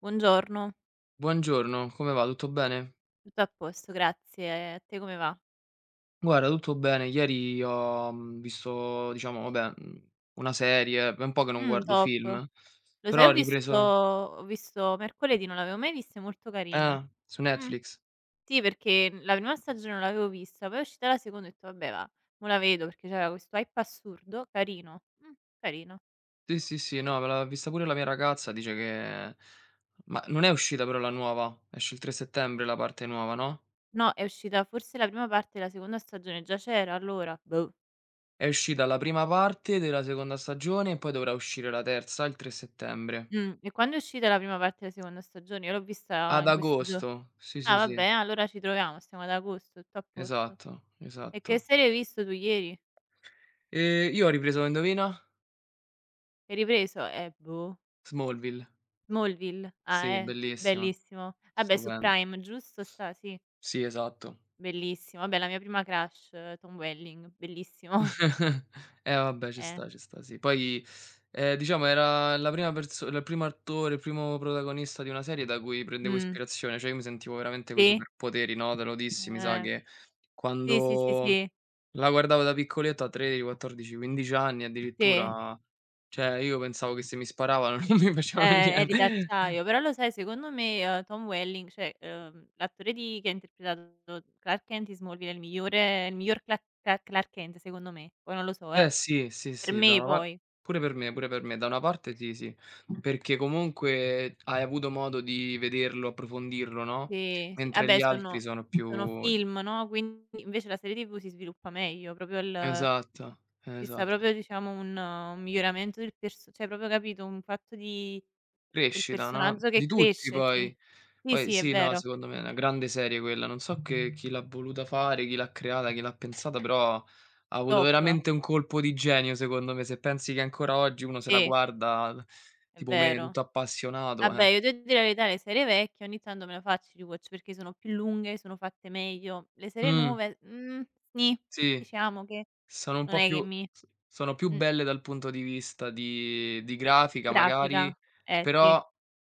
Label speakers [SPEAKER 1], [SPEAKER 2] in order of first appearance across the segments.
[SPEAKER 1] Buongiorno,
[SPEAKER 2] Buongiorno, come va? Tutto bene?
[SPEAKER 1] tutto a posto, grazie. A te come va?
[SPEAKER 2] Guarda, tutto bene. Ieri ho visto, diciamo, vabbè, una serie, è un po' che non guardo
[SPEAKER 1] Top.
[SPEAKER 2] film,
[SPEAKER 1] Lo sai,
[SPEAKER 2] però ho
[SPEAKER 1] ho visto
[SPEAKER 2] ripreso
[SPEAKER 1] ho visto Mercoledì, non l'avevo mai vista, è molto carina.
[SPEAKER 2] su
[SPEAKER 1] Mh,
[SPEAKER 2] Netflix.
[SPEAKER 1] sì, perché la prima stagione non l'avevo vista, poi è uscita la seconda e ho detto: "Vabbè va, mo la vedo", perché c'era questo hype assurdo, carino. Carino.
[SPEAKER 2] Sì, sì, sì, no, me l'aveva vista pure la mia ragazza, dice che ma non è uscita però la nuova, esce il 3 settembre la parte nuova, no?
[SPEAKER 1] No, è uscita forse la prima parte della seconda stagione, già c'era allora? Boh.
[SPEAKER 2] È uscita la prima parte della seconda stagione e poi dovrà uscire la terza il 3 settembre.
[SPEAKER 1] E quando è uscita la prima parte della seconda stagione? Io l'ho vista
[SPEAKER 2] Ad
[SPEAKER 1] in questi gio
[SPEAKER 2] agosto, sì,
[SPEAKER 1] ah,
[SPEAKER 2] sì,
[SPEAKER 1] vabbè,
[SPEAKER 2] sì,
[SPEAKER 1] allora ci troviamo, stiamo ad agosto, tutto a posto.
[SPEAKER 2] esatto,
[SPEAKER 1] E che
[SPEAKER 2] esatto.
[SPEAKER 1] serie hai visto tu ieri?
[SPEAKER 2] E io ho ripreso, indovina?
[SPEAKER 1] Hai ripreso? Boh.
[SPEAKER 2] Smallville,
[SPEAKER 1] Smallville? Ah,
[SPEAKER 2] sì, bellissima,
[SPEAKER 1] bellissimo. Vabbè, su
[SPEAKER 2] stupenda.
[SPEAKER 1] Prime, giusto sta? Sì,
[SPEAKER 2] Sì, esatto.
[SPEAKER 1] bellissimo. Vabbè, la mia prima crush, Tom Welling, bellissimo.
[SPEAKER 2] Vabbè,
[SPEAKER 1] Eh,
[SPEAKER 2] ci sta, sì. Poi, diciamo era la prima perso il primo attore, il primo protagonista di una serie da cui prendevo
[SPEAKER 1] mh,
[SPEAKER 2] ispirazione, cioè io mi sentivo veramente coi
[SPEAKER 1] sì,
[SPEAKER 2] superpoteri, no, te lo dissi, mi sa
[SPEAKER 1] eh,
[SPEAKER 2] che
[SPEAKER 1] sì, sì, sì,
[SPEAKER 2] quando
[SPEAKER 1] sì,
[SPEAKER 2] la guardavo da piccoletto, a 13, 14, 15 anni
[SPEAKER 1] sì,
[SPEAKER 2] addirittura, cioè io pensavo che se mi sparavano non mi facevano
[SPEAKER 1] eri
[SPEAKER 2] niente.
[SPEAKER 1] d'acciaio. Però lo sai, secondo me, Tom Welling, cioè, l'attore di che ha interpretato Clark Kent in Smallville è il miglior Clark Kent secondo me, poi non lo so, eh.
[SPEAKER 2] Beh, sì, sì,
[SPEAKER 1] Per
[SPEAKER 2] sì, da
[SPEAKER 1] me
[SPEAKER 2] una par
[SPEAKER 1] poi.
[SPEAKER 2] pure per me, pure per me. Da una parte sì, sì, perché comunque hai avuto modo di vederlo, approfondirlo, no,
[SPEAKER 1] Sì, sì. Ah
[SPEAKER 2] mentre
[SPEAKER 1] beh,
[SPEAKER 2] gli altri
[SPEAKER 1] sono
[SPEAKER 2] sono
[SPEAKER 1] sono
[SPEAKER 2] più,
[SPEAKER 1] film, no, quindi invece la serie TV si sviluppa meglio, proprio il
[SPEAKER 2] esatto,
[SPEAKER 1] ci sta
[SPEAKER 2] esatto.
[SPEAKER 1] proprio, diciamo, un miglioramento del perso cioè proprio, capito, un fatto di del
[SPEAKER 2] Crescita, no,
[SPEAKER 1] personaggio che
[SPEAKER 2] di tutti
[SPEAKER 1] cresce, sì.
[SPEAKER 2] poi.
[SPEAKER 1] Sì,
[SPEAKER 2] Poi
[SPEAKER 1] sì, è
[SPEAKER 2] sì, no,
[SPEAKER 1] vero.
[SPEAKER 2] secondo me è una grande serie quella. Non so che chi l'ha voluta fare, chi l'ha creata, chi l'ha pensata, però ha avuto
[SPEAKER 1] Top.
[SPEAKER 2] veramente un colpo di genio secondo me. Se pensi che ancora oggi uno se la
[SPEAKER 1] Sì,
[SPEAKER 2] guarda
[SPEAKER 1] è
[SPEAKER 2] tipo me,
[SPEAKER 1] vero.
[SPEAKER 2] tutto appassionato, eh.
[SPEAKER 1] Vabbè, io devo dire la verità, le serie vecchie ogni tanto me la faccio il rewatch perché sono più lunghe, sono fatte meglio. Le serie
[SPEAKER 2] Mh.
[SPEAKER 1] nuove, nì,
[SPEAKER 2] Sì,
[SPEAKER 1] diciamo che
[SPEAKER 2] sono un
[SPEAKER 1] non
[SPEAKER 2] po'
[SPEAKER 1] è che
[SPEAKER 2] più
[SPEAKER 1] mi
[SPEAKER 2] s sono più
[SPEAKER 1] mh,
[SPEAKER 2] belle dal punto di vista di grafica magari,
[SPEAKER 1] grafica. Eh sì,
[SPEAKER 2] però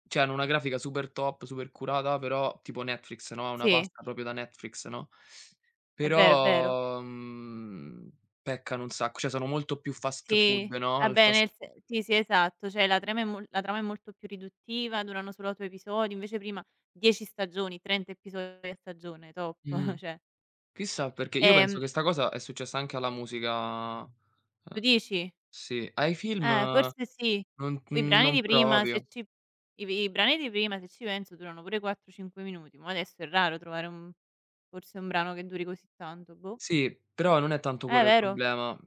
[SPEAKER 2] cioè hanno una grafica super top, super curata, però tipo Netflix, no, una
[SPEAKER 1] sì,
[SPEAKER 2] pasta proprio da Netflix, no,
[SPEAKER 1] è vero, è vero.
[SPEAKER 2] però, peccano un sacco, cioè sono molto più fast food,
[SPEAKER 1] Sì,
[SPEAKER 2] no, al
[SPEAKER 1] vabbè
[SPEAKER 2] fast
[SPEAKER 1] nel se sì, sì, esatto, cioè la trama è molto più riduttiva, durano solo 8 episodi, invece prima 10 stagioni, 30 episodi a stagione, top,
[SPEAKER 2] mh,
[SPEAKER 1] cioè.
[SPEAKER 2] chissà perché. Io penso
[SPEAKER 1] Ehm,
[SPEAKER 2] che sta cosa è successa anche alla musica,
[SPEAKER 1] tu dici?
[SPEAKER 2] sì. Ai film
[SPEAKER 1] Forse sì.
[SPEAKER 2] non
[SPEAKER 1] Poi
[SPEAKER 2] non proprio.
[SPEAKER 1] i brani di prima se ci penso durano pure 4, 5 minuti, mo' adesso è raro trovare un forse un brano che duri così tanto, boh.
[SPEAKER 2] Sì,
[SPEAKER 1] Ah.
[SPEAKER 2] però non è tanto
[SPEAKER 1] È
[SPEAKER 2] quello il
[SPEAKER 1] vero?
[SPEAKER 2] problema.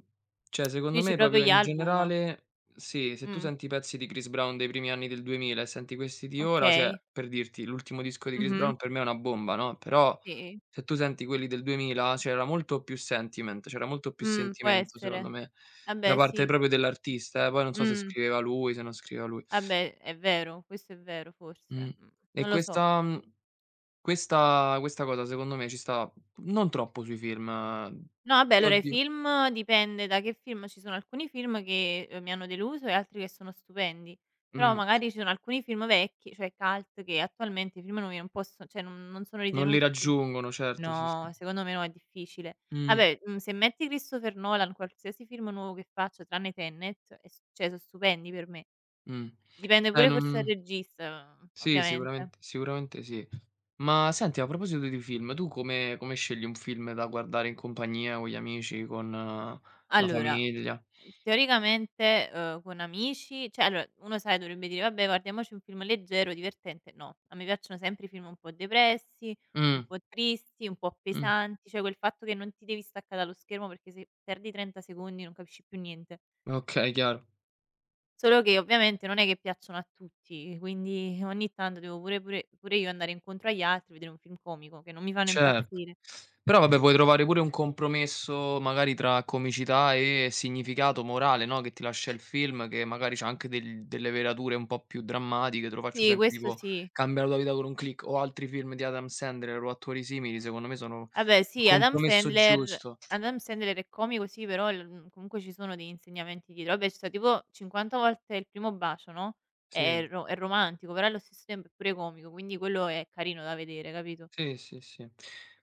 [SPEAKER 2] Cioè,
[SPEAKER 1] Tu
[SPEAKER 2] secondo
[SPEAKER 1] dici
[SPEAKER 2] me
[SPEAKER 1] proprio
[SPEAKER 2] proprio
[SPEAKER 1] gli
[SPEAKER 2] in
[SPEAKER 1] album?
[SPEAKER 2] generale sì, se tu
[SPEAKER 1] Mh,
[SPEAKER 2] senti i pezzi di Chris Brown dei primi anni del 2000 e senti questi di ora, cioè
[SPEAKER 1] okay.
[SPEAKER 2] per dirti, l'ultimo disco di Chris
[SPEAKER 1] Mh-mh,
[SPEAKER 2] Brown per me è una bomba, no, però
[SPEAKER 1] sì.
[SPEAKER 2] se tu senti quelli del 2000 c'era molto più
[SPEAKER 1] Può
[SPEAKER 2] sentimento secondo
[SPEAKER 1] essere.
[SPEAKER 2] me,
[SPEAKER 1] Ah
[SPEAKER 2] da
[SPEAKER 1] beh
[SPEAKER 2] parte
[SPEAKER 1] sì,
[SPEAKER 2] proprio dell'artista, poi non so se
[SPEAKER 1] mh,
[SPEAKER 2] scriveva lui, se non scriveva lui.
[SPEAKER 1] ah beh è vero, questo è vero forse,
[SPEAKER 2] Mh. E
[SPEAKER 1] non lo so.
[SPEAKER 2] questa mhmm, questa questa cosa secondo me ci sta non troppo sui film,
[SPEAKER 1] No, vabbè,
[SPEAKER 2] che
[SPEAKER 1] allora i
[SPEAKER 2] oddio
[SPEAKER 1] film dipende da che film, ci sono alcuni film che, mi hanno deluso e altri che sono stupendi, però
[SPEAKER 2] mh.
[SPEAKER 1] magari ci sono alcuni film vecchi, cioè cult, che attualmente i film nuovi non posso cioè non sono
[SPEAKER 2] Non li
[SPEAKER 1] ritenuti più,
[SPEAKER 2] raggiungono, certo, sì, sì.
[SPEAKER 1] no, secondo me no, è difficile.
[SPEAKER 2] Mh,
[SPEAKER 1] Vabbè, se metti Christopher Nolan, qualsiasi film nuovo che faccia tranne Tenet è s cioè so' stupendi per me.
[SPEAKER 2] mh.
[SPEAKER 1] Dipende pure forse
[SPEAKER 2] Non
[SPEAKER 1] dal regista,
[SPEAKER 2] sì,
[SPEAKER 1] ovviamente.
[SPEAKER 2] sicuramente sì. Ma senti, a proposito di film, tu come scegli un film da guardare in compagnia, con gli amici, con la
[SPEAKER 1] Allora,
[SPEAKER 2] famiglia?
[SPEAKER 1] teoricamente, con amici cioè allora uno, sai, dovrebbe dire: "Vabbè guardiamoci un film leggero, divertente." No, a me piacciono sempre i film un po' depressi, un
[SPEAKER 2] Mh,
[SPEAKER 1] po' tristi, un po'
[SPEAKER 2] mh.
[SPEAKER 1] pesanti, cioè quel fatto che non ti devi staccare dallo schermo perché se perdi 30 secondi non capisci più niente.
[SPEAKER 2] Okay, chiaro.
[SPEAKER 1] Solo che ovviamente non è che piacciono a tutti, quindi ogni tanto devo pure io andare incontro agli altri, vedere un film comico che non mi fanno
[SPEAKER 2] Certo.
[SPEAKER 1] impazzire.
[SPEAKER 2] Però vabbè puoi trovare pure un compromesso magari tra comicità e significato morale, no, che ti lascia il film, che magari c'ha anche delle velature un po' più drammatiche. Te lo faccio
[SPEAKER 1] Sì,
[SPEAKER 2] esempio
[SPEAKER 1] questo
[SPEAKER 2] tipo
[SPEAKER 1] sì.
[SPEAKER 2] "Cambia la tua vita con un click" o altri film di Adam Sandler o attori simili, secondo me sono
[SPEAKER 1] Vabbè
[SPEAKER 2] il
[SPEAKER 1] sì, Adam
[SPEAKER 2] compromesso
[SPEAKER 1] Sandler
[SPEAKER 2] giusto.
[SPEAKER 1] Adam Sandler è comico sì, però comunque ci sono degli insegnamenti dietro. Vabbè, ci sta tipo 50 volte il primo bacio, no,
[SPEAKER 2] Sì.
[SPEAKER 1] è romantico, però allo stesso tempo è pure comico, quindi quello è carino da vedere, capito?
[SPEAKER 2] Sì, sì, sì.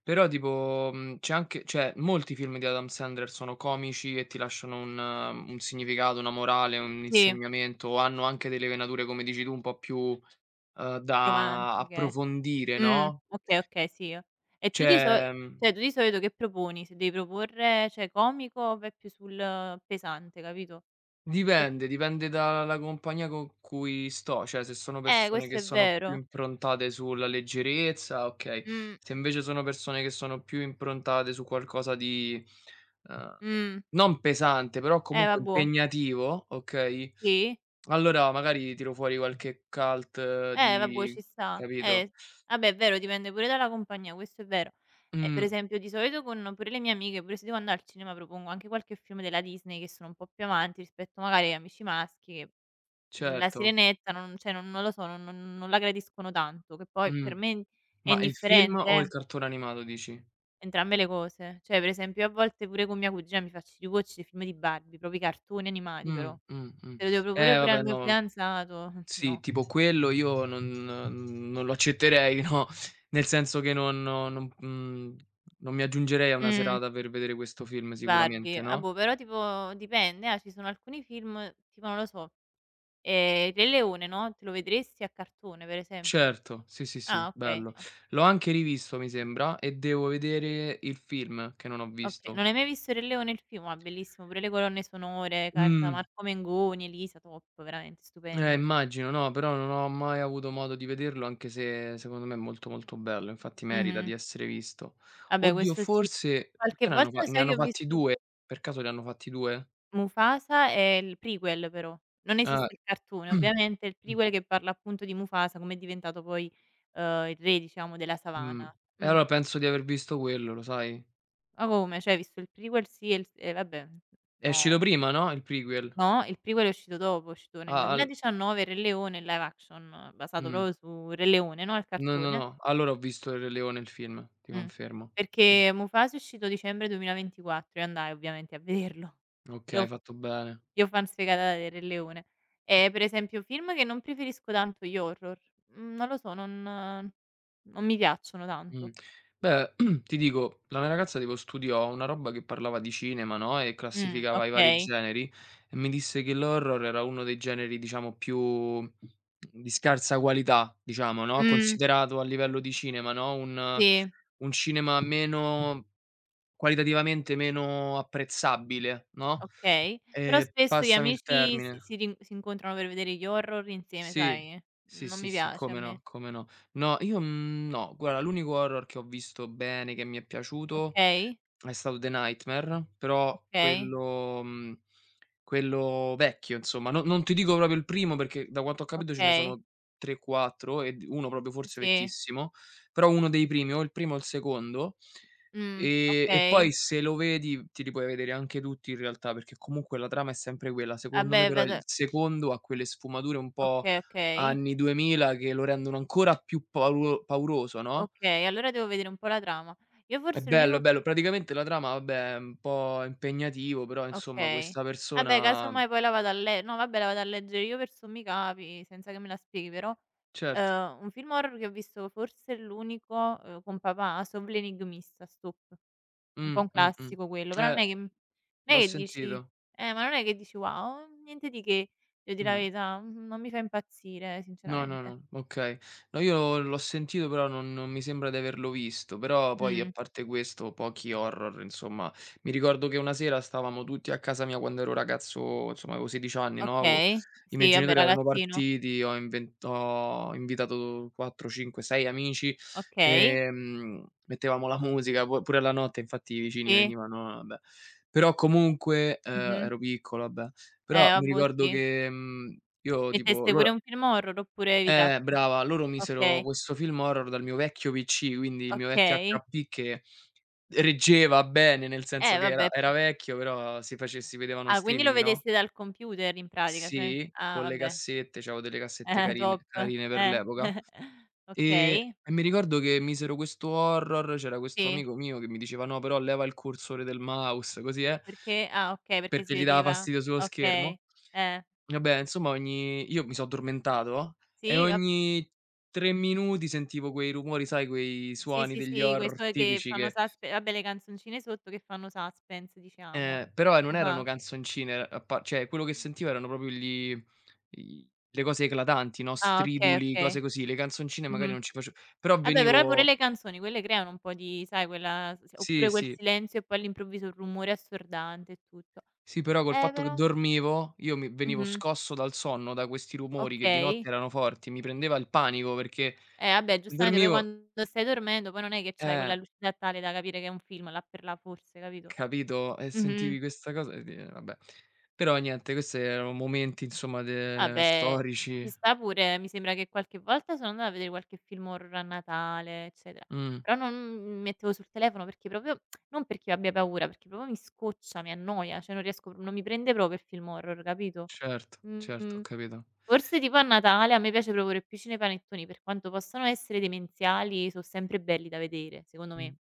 [SPEAKER 2] Però tipo, c'è anche, cioè molti film di Adam Sandler sono comici e ti lasciano un significato, una morale, un
[SPEAKER 1] Sì,
[SPEAKER 2] insegnamento, o hanno anche delle venature, come dici tu, un po' più, da
[SPEAKER 1] romantiche.
[SPEAKER 2] approfondire, no,
[SPEAKER 1] Okay, okay, sì, eh. E tu di so
[SPEAKER 2] c'è, mhmm
[SPEAKER 1] cioè tu di solito che proponi? Se devi proporre, cioè comico o vai più sul pesante, capito? Che
[SPEAKER 2] Dipende, dipende dalla compagnia con cui sto, cioè se sono persone
[SPEAKER 1] questo
[SPEAKER 2] che
[SPEAKER 1] è
[SPEAKER 2] sono più
[SPEAKER 1] vero.
[SPEAKER 2] improntate sulla leggerezza, okay,
[SPEAKER 1] Mh,
[SPEAKER 2] se invece sono persone che sono più improntate su qualcosa di, uhm,
[SPEAKER 1] mh.
[SPEAKER 2] non pesante, però comunque
[SPEAKER 1] Vabbò.
[SPEAKER 2] impegnativo, okay,
[SPEAKER 1] Sì?
[SPEAKER 2] allora magari tiro fuori qualche cult,
[SPEAKER 1] Vabbè ci
[SPEAKER 2] di
[SPEAKER 1] sta.
[SPEAKER 2] capito?
[SPEAKER 1] Vabbè, è vero, dipende pure dalla compagnia, questo è vero. Per
[SPEAKER 2] Mh,
[SPEAKER 1] esempio di solito con pure le mie amiche, pure se devo andare al cinema, propongo anche qualche film della Disney che sono un po' più avanti rispetto magari a amici maschi che, La
[SPEAKER 2] certo.
[SPEAKER 1] Sirenetta non, cioè non lo so, non la gradiscono tanto, che poi per
[SPEAKER 2] Mh.
[SPEAKER 1] me è
[SPEAKER 2] Ma il film
[SPEAKER 1] indifferente,
[SPEAKER 2] o il cartone animato, dici?
[SPEAKER 1] entrambe le cose. Cioè per esempio io a volte pure con mia cugina mi faccio i rewatch dei film di Barbie, proprio i cartoni animati
[SPEAKER 2] Mh,
[SPEAKER 1] però.
[SPEAKER 2] mh, mh.
[SPEAKER 1] Se lo devo proporre
[SPEAKER 2] Eh,
[SPEAKER 1] pure al
[SPEAKER 2] vabbè,
[SPEAKER 1] mio
[SPEAKER 2] no.
[SPEAKER 1] fidanzato,
[SPEAKER 2] Sì,
[SPEAKER 1] no.
[SPEAKER 2] tipo quello io non lo accetterei, no, nel senso che non no, non mi aggiungerei a una
[SPEAKER 1] Mh.
[SPEAKER 2] serata per vedere questo film sicuramente,
[SPEAKER 1] Barbie. Ah,
[SPEAKER 2] no?
[SPEAKER 1] boh, però tipo dipende, ci sono alcuni film, tipo non lo so, Re Leone, no, te lo vedresti a cartone per esempio?
[SPEAKER 2] Certo, sì, sì, sì,
[SPEAKER 1] Ah, okay,
[SPEAKER 2] bello.
[SPEAKER 1] o
[SPEAKER 2] L'ho anche rivisto, mi sembra, e devo vedere il film che non ho
[SPEAKER 1] okay.
[SPEAKER 2] visto.
[SPEAKER 1] Non hai mai visto Re Leone il film? Ah, bellissimo, pure le colonne sonore, canta
[SPEAKER 2] Mh,
[SPEAKER 1] Marco Mengoni, Elisa, top, veramente
[SPEAKER 2] eh,
[SPEAKER 1] stupendo.
[SPEAKER 2] immagino, no, però non ho mai avuto modo di vederlo, anche se secondo me è molto, molto bello, infatti merita
[SPEAKER 1] Mh-mh.
[SPEAKER 2] di essere visto.
[SPEAKER 1] Vabbè,
[SPEAKER 2] Oddio,
[SPEAKER 1] questo sì.
[SPEAKER 2] forse
[SPEAKER 1] Qualche
[SPEAKER 2] perché
[SPEAKER 1] volta lo
[SPEAKER 2] ne
[SPEAKER 1] sai che
[SPEAKER 2] hanno
[SPEAKER 1] ho
[SPEAKER 2] fatti
[SPEAKER 1] visto
[SPEAKER 2] 2? Per caso ne hanno fatti 2?
[SPEAKER 1] Mufasa e il prequel però. Non
[SPEAKER 2] Ah.
[SPEAKER 1] esiste il cartone
[SPEAKER 2] Mh,
[SPEAKER 1] ovviamente, è il
[SPEAKER 2] mh,
[SPEAKER 1] prequel che parla appunto di Mufasa, come è diventato poi, il re, diciamo, della
[SPEAKER 2] mh.
[SPEAKER 1] savana.
[SPEAKER 2] E
[SPEAKER 1] Mh.
[SPEAKER 2] allora penso di aver visto quello, lo sai?
[SPEAKER 1] Ma come? Cioè hai visto il prequel sì e il s e vabbè,
[SPEAKER 2] È uscito
[SPEAKER 1] no.
[SPEAKER 2] prima, no, il prequel?
[SPEAKER 1] No, il prequel è uscito dopo, è uscito nel
[SPEAKER 2] Ah, al
[SPEAKER 1] 2019 Il Re Leone, il live action basato
[SPEAKER 2] mh.
[SPEAKER 1] proprio su Re Leone, no, il
[SPEAKER 2] No, no,
[SPEAKER 1] cartone.
[SPEAKER 2] no, allora ho visto Il Re Leone il film, ti
[SPEAKER 1] Mh.
[SPEAKER 2] confermo. Sì, sì.
[SPEAKER 1] Perché Mufasa è uscito dicembre 2024, io andai ovviamente a vederlo.
[SPEAKER 2] Okay,
[SPEAKER 1] Io
[SPEAKER 2] hai
[SPEAKER 1] fa
[SPEAKER 2] fatto bene.
[SPEAKER 1] io fan sfegatata del Re Leone. E per esempio film che non preferisco tanto gli horror. Non lo so, non mi piacciono tanto.
[SPEAKER 2] Mh. Beh, ti dico, la mia ragazza tipo studiò una roba che parlava di cinema, no, e classificava i vari
[SPEAKER 1] Okay.
[SPEAKER 2] generi, e mi disse che l'horror era uno dei generi, diciamo, più di scarsa qualità, diciamo, no,
[SPEAKER 1] Mh,
[SPEAKER 2] considerato a livello di cinema, no, un
[SPEAKER 1] sì.
[SPEAKER 2] un cinema meno, qualitativamente meno apprezzabile, no,
[SPEAKER 1] Okay, però spesso gli
[SPEAKER 2] passami il
[SPEAKER 1] amici si
[SPEAKER 2] termine.
[SPEAKER 1] si rin si incontrano per vedere gli horror insieme,
[SPEAKER 2] Sì,
[SPEAKER 1] sai?
[SPEAKER 2] sì,
[SPEAKER 1] Non
[SPEAKER 2] sì,
[SPEAKER 1] mi
[SPEAKER 2] sì,
[SPEAKER 1] piace a
[SPEAKER 2] come
[SPEAKER 1] me.
[SPEAKER 2] no, come no. No, io, no, guarda, l'unico horror che ho visto bene, che mi è piaciuto,
[SPEAKER 1] Okay,
[SPEAKER 2] è stato The Nightmare, però
[SPEAKER 1] okay,
[SPEAKER 2] quello vecchio, insomma, no, non ti dico proprio il primo, perché da quanto ho capito ce ne
[SPEAKER 1] okay,
[SPEAKER 2] sono 3, 4, e d uno proprio forse
[SPEAKER 1] sì,
[SPEAKER 2] vecchissimo, però uno dei primi, o il primo o il secondo,
[SPEAKER 1] mh,
[SPEAKER 2] e poi
[SPEAKER 1] okay.
[SPEAKER 2] se lo vedi te li puoi vedere anche tutti in realtà, perché comunque la trama è sempre quella. Secondo me
[SPEAKER 1] Vabbè
[SPEAKER 2] però
[SPEAKER 1] vedo
[SPEAKER 2] il secondo ha quelle sfumature un po'
[SPEAKER 1] okay, okay,
[SPEAKER 2] anni 2000 che lo rendono ancora più paulo pauroso, no,
[SPEAKER 1] okay, allora devo vedere un po' la trama. Io
[SPEAKER 2] è
[SPEAKER 1] forse
[SPEAKER 2] bello, è
[SPEAKER 1] l'unico fi
[SPEAKER 2] bello. Praticamente la trama, vabbè, è un po' impegnativo, però insomma
[SPEAKER 1] okay.
[SPEAKER 2] questa
[SPEAKER 1] Vabbè
[SPEAKER 2] persona,
[SPEAKER 1] casomai poi la vado a le no vabbè la vado a leggere io per sommi capi, senza che me la spieghi però,
[SPEAKER 2] certo.
[SPEAKER 1] un film horror che ho visto forse l'unico, con papà, Solo l'enigmista, stop. È un po'
[SPEAKER 2] Mh,
[SPEAKER 1] un
[SPEAKER 2] mh, mh.
[SPEAKER 1] classico quello, però non
[SPEAKER 2] Eh,
[SPEAKER 1] è che non è
[SPEAKER 2] l'ho
[SPEAKER 1] che dici
[SPEAKER 2] sentito.
[SPEAKER 1] ma non è che dici: "Wow, niente di che." Devo dire la
[SPEAKER 2] Mh.
[SPEAKER 1] verità, non mi fa impazzire
[SPEAKER 2] No, no,
[SPEAKER 1] sinceramente.
[SPEAKER 2] no, okay. No, io l'ho sentito, però non mi sembra di averlo visto, però poi a
[SPEAKER 1] Mh,
[SPEAKER 2] parte questo pochi horror, insomma. Mi ricordo che una sera stavamo tutti a casa mia quando ero ragazzo, insomma avevo 16 anni, no, avevo
[SPEAKER 1] okay.
[SPEAKER 2] i miei
[SPEAKER 1] Sì, vabbè,
[SPEAKER 2] genitori erano
[SPEAKER 1] ragazzino.
[SPEAKER 2] partiti, ho invitato 4, 5, 6 amici,
[SPEAKER 1] Okay,
[SPEAKER 2] mettevamo la musica pu pure alla notte, infatti i vicini
[SPEAKER 1] sì.
[SPEAKER 2] venivano, vabbè. Però comunque,
[SPEAKER 1] Mh-mh.
[SPEAKER 2] ero piccolo, vabbè. Però mi
[SPEAKER 1] Vabbè
[SPEAKER 2] ricordo
[SPEAKER 1] sì.
[SPEAKER 2] che, mhmm, io tipo
[SPEAKER 1] Metteste pure
[SPEAKER 2] loro
[SPEAKER 1] un film horror oppure evitasti?
[SPEAKER 2] brava, loro misero
[SPEAKER 1] Okay,
[SPEAKER 2] questo film horror dal mio vecchio PC, quindi il mio vecchio
[SPEAKER 1] okay.
[SPEAKER 2] HP, che reggeva bene, nel senso che
[SPEAKER 1] Vabbè.
[SPEAKER 2] era vecchio, però si vedevano in
[SPEAKER 1] Ah, quindi lo
[SPEAKER 2] streaming, no,
[SPEAKER 1] vedeste dal computer in pratica, cioè
[SPEAKER 2] sì,
[SPEAKER 1] ah,
[SPEAKER 2] con le
[SPEAKER 1] vabbè.
[SPEAKER 2] cassette, c'avevo delle cassette
[SPEAKER 1] Top.
[SPEAKER 2] carine carine per
[SPEAKER 1] Eh.
[SPEAKER 2] l'epoca. Ehm,
[SPEAKER 1] Okay,
[SPEAKER 2] e mi ricordo che misero questo horror, c'era questo
[SPEAKER 1] sì.
[SPEAKER 2] amico mio che mi diceva: "No, però leva il cursore del mouse", così,
[SPEAKER 1] Perché? Ah, okay, perché si
[SPEAKER 2] perché gli dava
[SPEAKER 1] vedeva
[SPEAKER 2] fastidio sullo
[SPEAKER 1] okay.
[SPEAKER 2] schermo.
[SPEAKER 1] Eh,
[SPEAKER 2] Vabbè, insomma, ogni io mi so' addormentato, e
[SPEAKER 1] sì, vab
[SPEAKER 2] ogni 3 minuti sentivo quei rumori, sai, quei
[SPEAKER 1] sì,
[SPEAKER 2] suoni
[SPEAKER 1] sì,
[SPEAKER 2] degli
[SPEAKER 1] sì, quei
[SPEAKER 2] horror
[SPEAKER 1] suoi che
[SPEAKER 2] tipici,
[SPEAKER 1] fanno
[SPEAKER 2] che
[SPEAKER 1] suspe vabbè le canzoncine sotto che fanno suspense, diciamo.
[SPEAKER 2] però, non erano
[SPEAKER 1] Ah-ah.
[SPEAKER 2] canzoncine, era a pa cioè quello che sentivo erano proprio gli i le cose eclatanti, no,
[SPEAKER 1] Ah, okay,
[SPEAKER 2] striduli, cose
[SPEAKER 1] okay.
[SPEAKER 2] così. Le canzoncine magari
[SPEAKER 1] Mh-mh.
[SPEAKER 2] non ci face, però
[SPEAKER 1] Vabbè, però pure
[SPEAKER 2] venivo,
[SPEAKER 1] le canzoni quelle creano un po' di, sai, quella s
[SPEAKER 2] sì,
[SPEAKER 1] oppure quel
[SPEAKER 2] sì,
[SPEAKER 1] silenzio e poi all'improvviso il rumore assordante e tutto.
[SPEAKER 2] sì, però col fatto che
[SPEAKER 1] Però,
[SPEAKER 2] dormivo, io mi venivo
[SPEAKER 1] mh-mh,
[SPEAKER 2] scosso dal sonno da questi rumori che di
[SPEAKER 1] okay.
[SPEAKER 2] notte erano forti, mi prendeva il panico perché
[SPEAKER 1] Eh, vabbè, giustamente poi
[SPEAKER 2] dormivo,
[SPEAKER 1] quando stai dormendo poi non è che c'hai quella
[SPEAKER 2] eh.
[SPEAKER 1] lucidità tale da capire che è un film là per là forse, capito?
[SPEAKER 2] Capito? E
[SPEAKER 1] Mh-mh.
[SPEAKER 2] sentivi questa cosa, e di vabbè. Però niente, queste erano momenti, insomma, de
[SPEAKER 1] Vabbè, ci
[SPEAKER 2] storici.
[SPEAKER 1] sta pure, mi sembra che qualche volta sono andata a vedere qualche film horror a Natale, eccetera,
[SPEAKER 2] Mh,
[SPEAKER 1] però non mi mettevo sul telefono perché proprio non perché io abbia paura, perché proprio mi scoccia, mi annoia, cioè non riesco, non mi prende proprio il film horror, capito?
[SPEAKER 2] certo, certo, ho
[SPEAKER 1] Mhmm,
[SPEAKER 2] capito.
[SPEAKER 1] forse tipo a Natale a me piace proporre più cinepanettoni, per quanto possano essere demenziali, so' sempre belli da vedere, secondo
[SPEAKER 2] Mh.
[SPEAKER 1] me.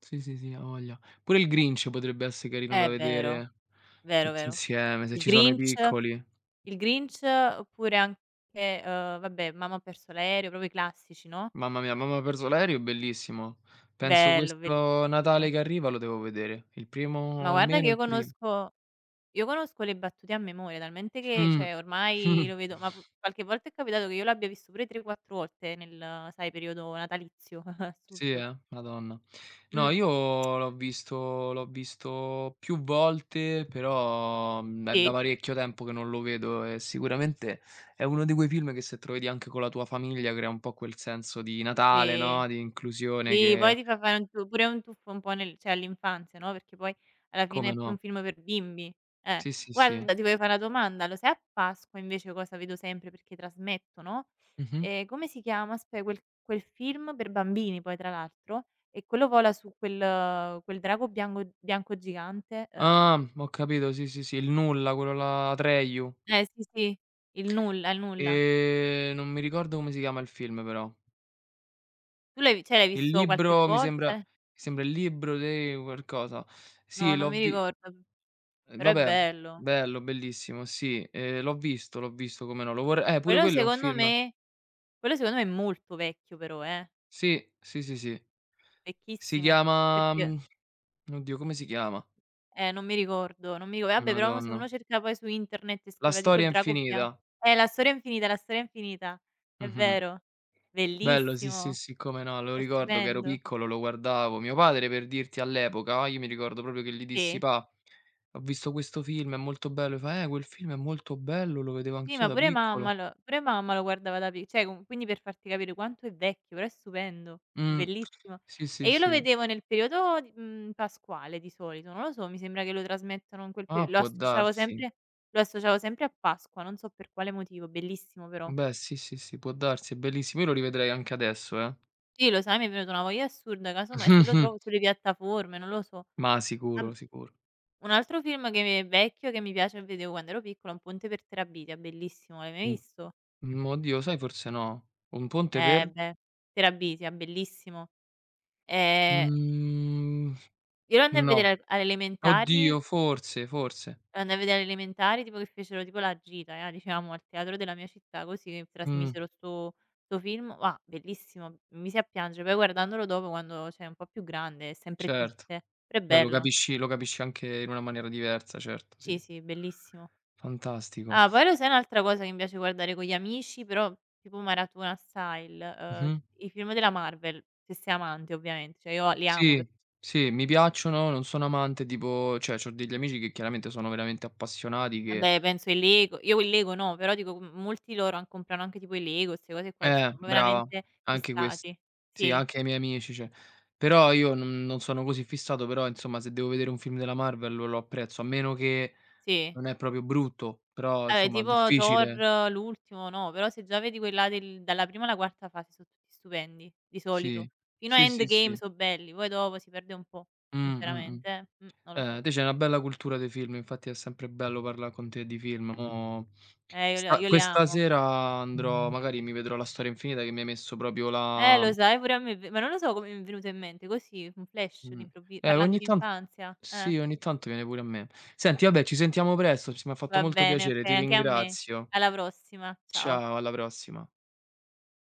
[SPEAKER 2] Sì, sì, sì, avoglia. Pure il Grinch potrebbe esse carino da
[SPEAKER 1] È vero,
[SPEAKER 2] vedere
[SPEAKER 1] vero,
[SPEAKER 2] tutti
[SPEAKER 1] vero.
[SPEAKER 2] insieme, se
[SPEAKER 1] Il
[SPEAKER 2] ci sono i
[SPEAKER 1] Grinch?
[SPEAKER 2] piccoli.
[SPEAKER 1] Il Grinch oppure anche, vabbè, Mamma ho perso l'aereo, proprio i classici, no,
[SPEAKER 2] Mamma mia, Mamma ho perso l'aereo è bellissimo. Penso
[SPEAKER 1] bello,
[SPEAKER 2] questo Natale
[SPEAKER 1] bellissimo.
[SPEAKER 2] che arriva lo devo vedere. Il
[SPEAKER 1] Ma
[SPEAKER 2] primo,
[SPEAKER 1] guarda che
[SPEAKER 2] almeno
[SPEAKER 1] io
[SPEAKER 2] il prim
[SPEAKER 1] conosco io conosco le battute a memoria, talmente che
[SPEAKER 2] mh.
[SPEAKER 1] cioè ormai lo vedo ma p qualche volta è capitato che io l'abbia visto pure 3, 4 volte nel, sai, periodo natalizio,
[SPEAKER 2] Sì,
[SPEAKER 1] assurdo.
[SPEAKER 2] eh? Madonna. No,
[SPEAKER 1] Mh,
[SPEAKER 2] io l'ho visto più volte, però, è da
[SPEAKER 1] sì,
[SPEAKER 2] parecchio tempo che non lo vedo, e sicuramente è uno di quei film che se te lo vedi anche con la tua famiglia crea un po' quel senso di Natale,
[SPEAKER 1] sì.
[SPEAKER 2] no, di inclusione,
[SPEAKER 1] Sì, poi
[SPEAKER 2] che
[SPEAKER 1] ti fa fare un tu pure un tuffo un po' nel cioè all'infanzia, no, perché poi alla fine
[SPEAKER 2] come
[SPEAKER 1] è più un
[SPEAKER 2] no.
[SPEAKER 1] film per bimbi. Eh.
[SPEAKER 2] Sì, sì, sì.
[SPEAKER 1] Guarda, ti volevo fare una domanda, lo sai a Pasqua invece cosa vedo sempre perché trasmettono?
[SPEAKER 2] Mh-mh.
[SPEAKER 1] Come si chiama? Aspe quel quel film per bambini poi tra l'altro, e quello vola su quel drago biango bianco gigante,
[SPEAKER 2] Ah, ho capito, sì, sì, sì, Il nulla, quello là Atreju.
[SPEAKER 1] eh sì, sì, il nulla, il nulla.
[SPEAKER 2] Non mi ricordo come si chiama il film, però.
[SPEAKER 1] Tu l'hai vi cioè l'hai
[SPEAKER 2] Il
[SPEAKER 1] visto qualche
[SPEAKER 2] libro, mi sembra mi
[SPEAKER 1] volta?
[SPEAKER 2] sembra Il libro dei qualcosa.
[SPEAKER 1] No,
[SPEAKER 2] Sì,
[SPEAKER 1] non
[SPEAKER 2] l'ho
[SPEAKER 1] mi
[SPEAKER 2] vi
[SPEAKER 1] ricordo, però è
[SPEAKER 2] Vabbè,
[SPEAKER 1] bello.
[SPEAKER 2] bello, bellissimo, sì, l'ho visto, come no, lo vorre pure
[SPEAKER 1] Quello
[SPEAKER 2] quello è un
[SPEAKER 1] secondo
[SPEAKER 2] film.
[SPEAKER 1] me Quello secondo me è molto vecchio però,
[SPEAKER 2] Sì, sì, sì, sì. Si
[SPEAKER 1] vecchissimo,
[SPEAKER 2] chiama,
[SPEAKER 1] perché
[SPEAKER 2] oddio, come si chiama?
[SPEAKER 1] non mi ricordo, non mi rico vabbè però se
[SPEAKER 2] Madonna.
[SPEAKER 1] uno cerca poi su internet e
[SPEAKER 2] La
[SPEAKER 1] scriveva tipo il
[SPEAKER 2] storia
[SPEAKER 1] drago bia
[SPEAKER 2] infinita.
[SPEAKER 1] La storia infinita, è
[SPEAKER 2] Mh-mh-mh.
[SPEAKER 1] vero.
[SPEAKER 2] Bello, sì, sì,
[SPEAKER 1] Bellissimo,
[SPEAKER 2] sì, come no, lo
[SPEAKER 1] è
[SPEAKER 2] ricordo che ero
[SPEAKER 1] stupendo.
[SPEAKER 2] piccolo, lo guardavo. Mio padre, per dirti, all'epoca, io mi ricordo proprio che gli dissi:
[SPEAKER 1] Sì.
[SPEAKER 2] "Pa, ho visto questo film, è molto bello." E fa: quel film è molto bello, lo vedevo
[SPEAKER 1] Sì,
[SPEAKER 2] anch'io
[SPEAKER 1] ma
[SPEAKER 2] da
[SPEAKER 1] pure mamma
[SPEAKER 2] piccolo."
[SPEAKER 1] lo pure mamma lo guardava da pic cioè com quindi per farti capire quanto è vecchio, però è stupendo, è
[SPEAKER 2] Mh.
[SPEAKER 1] bellissimo.
[SPEAKER 2] Sì,
[SPEAKER 1] E
[SPEAKER 2] sì,
[SPEAKER 1] io lo
[SPEAKER 2] sì.
[SPEAKER 1] vedevo nel periodo di pasquale di solito, non lo so, mi sembra che lo trasmettano in quel
[SPEAKER 2] Ah,
[SPEAKER 1] perio lo
[SPEAKER 2] può
[SPEAKER 1] associavo
[SPEAKER 2] darsi.
[SPEAKER 1] sempre lo associavo sempre a Pasqua, non so per quale motivo, bellissimo però.
[SPEAKER 2] Beh, sì, sì, sì, può darsi, è bellissimo. Io lo rivedrei anche adesso, eh.
[SPEAKER 1] Sì, lo sai, mi è venuta una voglia assurda, casomai se lo trovo sulle piattaforme, non lo so.
[SPEAKER 2] Ma
[SPEAKER 1] Ab
[SPEAKER 2] sicuro, sicuro.
[SPEAKER 1] un altro film che mi è vecchio che mi piace e vedevo quando ero piccola, Un ponte per Terabithia, bellissimo, l'hai mai
[SPEAKER 2] Un
[SPEAKER 1] visto?
[SPEAKER 2] oddio, sai, forse no. Un ponte per?
[SPEAKER 1] Eh beh, Terabithia, bellissimo. Ehm,
[SPEAKER 2] Mhmm,
[SPEAKER 1] io lo andai a
[SPEAKER 2] no.
[SPEAKER 1] vedere al alle elementari
[SPEAKER 2] Oddio, forse, forse.
[SPEAKER 1] lo andai a vedere alle elementari, tipo che fecero tipo la gita, diciamo, al teatro della mia città, così che
[SPEAKER 2] Mh,
[SPEAKER 1] trasmisero 'sto film, ah, bellissimo, mi misi a piangere, poi guardandolo dopo quando cioè un po' più grande è sempre
[SPEAKER 2] certo.
[SPEAKER 1] triste, però è
[SPEAKER 2] Beh, lo
[SPEAKER 1] bello.
[SPEAKER 2] capisci lo capisci anche in una maniera diversa, certo,
[SPEAKER 1] Sì,
[SPEAKER 2] sì.
[SPEAKER 1] sì, bellissimo.
[SPEAKER 2] Fantastico.
[SPEAKER 1] Ah, poi lo sai un'altra cosa che mi piace guardare con gli amici, però tipo maratona style, uhm,
[SPEAKER 2] Mh-mh.
[SPEAKER 1] i film della Marvel, se sei amante ovviamente, cioè io li amo per
[SPEAKER 2] Sì, sì, mi piacciono, non sono amante, tipo, cioè c'ho degli amici che chiaramente sono veramente appassionati che
[SPEAKER 1] vabbè penso i Lego io i Lego no, però dico m molti loro an comprano anche tipo i Lego, 'ste cose qua che sono
[SPEAKER 2] Brava.
[SPEAKER 1] veramente
[SPEAKER 2] Anche quest
[SPEAKER 1] fissati.
[SPEAKER 2] sì,
[SPEAKER 1] Sì,
[SPEAKER 2] anche ai miei amici, cioè. Però io non sono così fissato, però insomma se devo vedere un film della Marvel lo apprezzo, a meno che
[SPEAKER 1] sì.
[SPEAKER 2] non è proprio brutto, però
[SPEAKER 1] Vabbè
[SPEAKER 2] insomma
[SPEAKER 1] tipo Thor
[SPEAKER 2] difficile.
[SPEAKER 1] l'ultimo no, però se già vedi quella del dalla prima alla quarta fase so tutti stupendi, di solito.
[SPEAKER 2] Sì,
[SPEAKER 1] Fino a
[SPEAKER 2] sì, sì,
[SPEAKER 1] Endgame
[SPEAKER 2] sì.
[SPEAKER 1] so belli, poi dopo si perde un po'
[SPEAKER 2] Mh, mh, mh.
[SPEAKER 1] sinceramente, non lo so.
[SPEAKER 2] Te c'hai una bella cultura dei film, infatti è sempre bello parlà con te di film. Mo
[SPEAKER 1] Eh io li
[SPEAKER 2] sta
[SPEAKER 1] io li
[SPEAKER 2] questa
[SPEAKER 1] amo.
[SPEAKER 2] sera andrò, magari mi vedrò La storia infinita, che mi hai messo proprio la
[SPEAKER 1] Lo sai pure a me, v ma non lo so come mi è venuto in mente, così, un flash
[SPEAKER 2] Mh.
[SPEAKER 1] all'improvvi parlando
[SPEAKER 2] Ogni
[SPEAKER 1] di
[SPEAKER 2] tan
[SPEAKER 1] infanzia, eh.
[SPEAKER 2] sì, ogni tanto viene pure a me. Senti, vabbè, ci sentiamo presto, ci mi ha fatto
[SPEAKER 1] Va
[SPEAKER 2] molto
[SPEAKER 1] bene,
[SPEAKER 2] piacere,
[SPEAKER 1] okay,
[SPEAKER 2] ti
[SPEAKER 1] anche a me.
[SPEAKER 2] ringrazio.
[SPEAKER 1] Alla prossima, ciao.
[SPEAKER 2] Ciao, alla prossima.